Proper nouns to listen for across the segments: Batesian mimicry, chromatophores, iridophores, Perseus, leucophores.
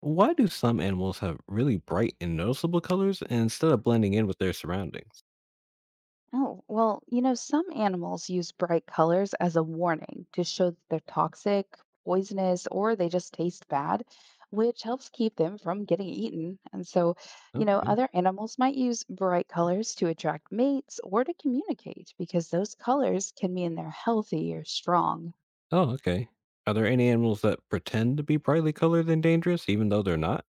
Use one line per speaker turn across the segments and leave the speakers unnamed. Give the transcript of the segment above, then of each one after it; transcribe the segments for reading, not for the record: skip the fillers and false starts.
Why do some animals have really bright and noticeable colors instead of blending in with their surroundings?
Oh, well, some animals use bright colors as a warning to show that they're toxic, poisonous, or they just taste bad, which helps keep them from getting eaten. And so,
Okay.
other animals might use bright colors to attract mates or to communicate because those colors can mean they're healthy or strong.
Oh, okay. Are there any animals that pretend to be brightly colored and dangerous even though they're not?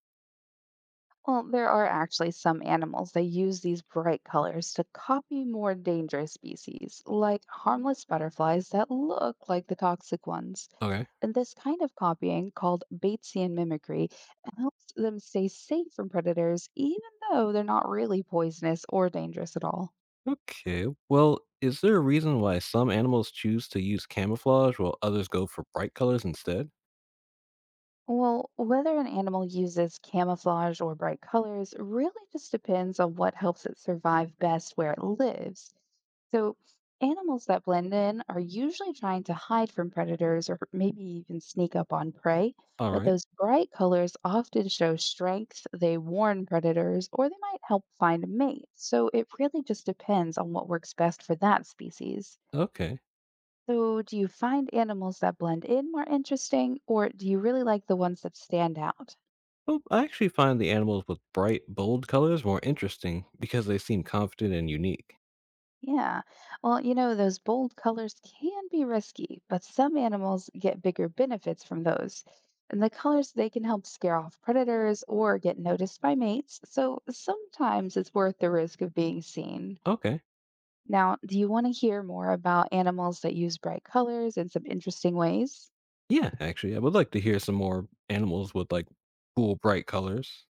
Well, there are actually some animals that use these bright colors to copy more dangerous species, like harmless butterflies that look like the toxic ones.
Okay.
And this kind of copying, called Batesian mimicry, helps them stay safe from predators, even though they're not really poisonous or dangerous at all.
Okay. Well, is there a reason why some animals choose to use camouflage while others go for bright colors instead?
Well, whether an animal uses camouflage or bright colors really just depends on what helps it survive best where it lives. So, animals that blend in are usually trying to hide from predators or maybe even sneak up on prey,
All
but
right.
those bright colors often show strength, they warn predators, or they might help find a mate. So, it really just depends on what works best for that species.
Okay.
So, do you find animals that blend in more interesting, or do you really like the ones that stand out?
Well, I actually find the animals with bright, bold colors more interesting because they seem confident and unique.
Yeah. Well, those bold colors can be risky, but some animals get bigger benefits from those. And the colors, they can help scare off predators or get noticed by mates. So, sometimes it's worth the risk of being seen.
Okay.
Now, do you want to hear more about animals that use bright colors in some interesting ways?
Yeah, actually, I would like to hear some more animals with like cool, bright colors.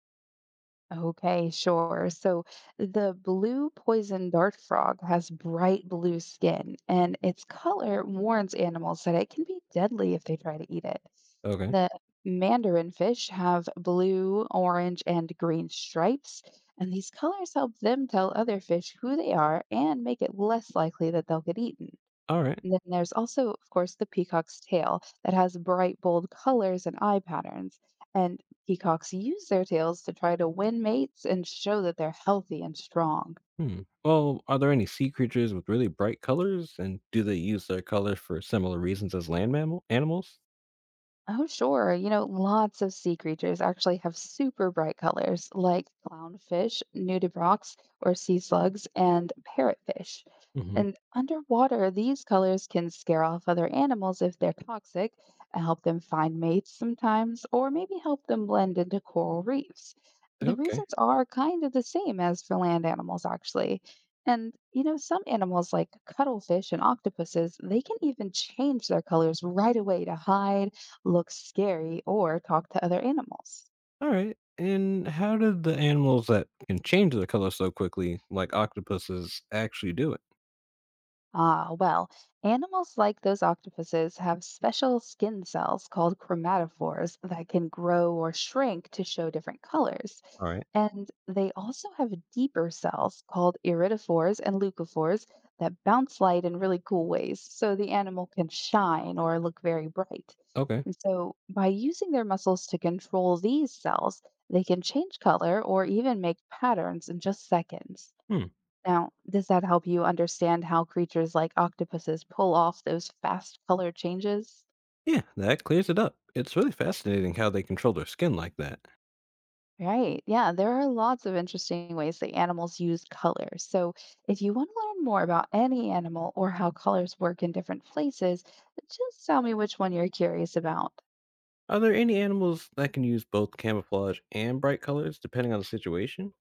Okay, sure. So the blue poison dart frog has bright blue skin, and its color warns animals that it can be deadly if they try to eat it.
Okay.
The mandarin fish have blue, orange, and green stripes, and these colors help them tell other fish who they are and make it less likely that they'll get eaten.
All right.
And then there's also, of course, the peacock's tail that has bright, bold colors and eye patterns. And peacocks use their tails to try to win mates and show that they're healthy and strong.
Hmm. Well, are there any sea creatures with really bright colors, and do they use their colors for similar reasons as land mammal animals?
Oh, sure. Lots of sea creatures actually have super bright colors, like clownfish, nudibranchs, or sea slugs, and parrotfish.
Hmm.
And underwater, these colors can scare off other animals if they're toxic, and help them find mates sometimes, or maybe help them blend into coral reefs. The
Okay.
reasons are kind of the same as for land animals, actually. And, some animals like cuttlefish and octopuses, they can even change their colors right away to hide looks scary or talk to other animals?
All right. And how did the animals that can change their color so quickly, like octopuses, actually do it?
Ah, well, animals like those octopuses have special skin cells called chromatophores that can grow or shrink to show different colors.
All right.
And they also have deeper cells called iridophores and leucophores that bounce light in really cool ways so the animal can shine or look very bright.
Okay.
And so, by using their muscles to control these cells, they can change color or even make patterns in just seconds.
Hmm.
Now, does that help you understand how creatures like octopuses pull off those fast color changes?
Yeah, that clears it up. It's really fascinating how they control their skin like that.
Right. Yeah, there are lots of interesting ways that animals use color. So, if you want to learn more about any animal or how colors work in different places, just tell me which one you're curious about.
Are there any animals that can use both camouflage and bright colors depending on the situation?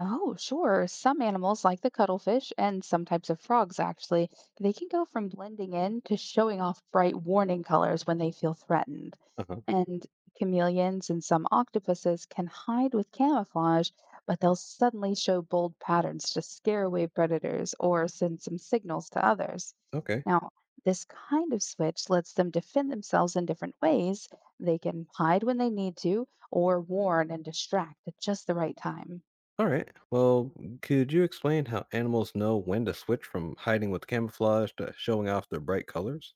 Oh, sure. Some animals, like the cuttlefish and some types of frogs, actually, they can go from blending in to showing off bright warning colors when they feel threatened.
Uh huh.
And chameleons and some octopuses can hide with camouflage, but they'll suddenly show bold patterns to scare away predators or send some signals to others.
Okay.
Now, this kind of switch lets them defend themselves in different ways. They can hide when they need to, or warn and distract at just the right time.
All right. Well, could you explain how animals know when to switch from hiding with camouflage to showing off their bright colors?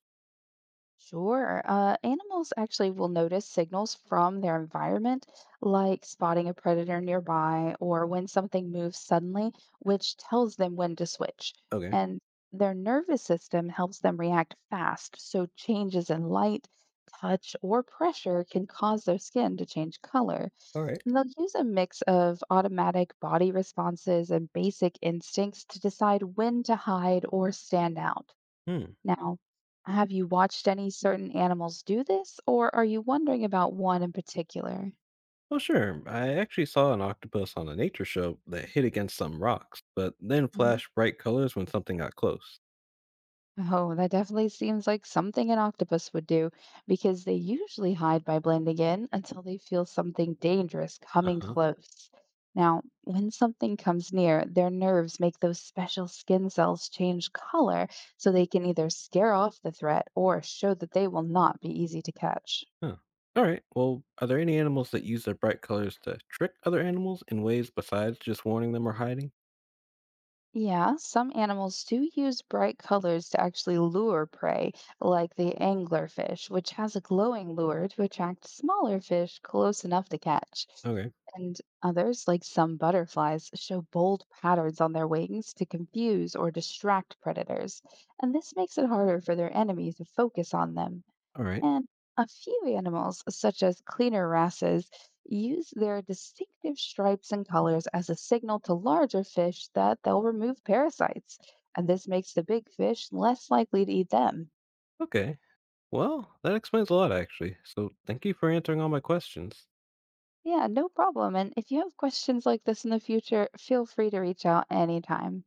Sure. Animals actually will notice signals from their environment, like spotting a predator nearby or when something moves suddenly, which tells them when to switch.
Okay.
And their nervous system helps them react fast, so changes in light, touch, or pressure can cause their skin to change color.
All right.
And they'll use a mix of automatic body responses and basic instincts to decide when to hide or stand out.
Hmm.
Now, have you watched any certain animals do this, or are you wondering about one in particular?
Well, sure. I actually saw an octopus on a nature show that hid against some rocks, but then
Hmm.
flashed bright colors when something got close.
Oh, that definitely seems like something an octopus would do, because they usually hide by blending in until they feel something dangerous
Uh
coming
huh.
close. Now, when something comes near, their nerves make those special skin cells change color so they can either scare off the threat or show that they will not be easy to catch.
Huh. All right. Well, are there any animals that use their bright colors to trick other animals in ways besides just warning them or hiding?
Yeah, some animals do use bright colors to actually lure prey, like the anglerfish, which has a glowing lure to attract smaller fish close enough to catch.
Okay.
And others, like some butterflies, show bold patterns on their wings to confuse or distract predators. And this makes it harder for their enemies to focus on them.
Alright.
And a few animals, such as cleaner wrasses, use their distinctive stripes and colors as a signal to larger fish that they'll remove parasites. And this makes the big fish less likely to eat them.
Okay. Well, that explains a lot, actually. So thank you for answering all my questions.
Yeah, no problem. And if you have questions like this in the future, feel free to reach out anytime.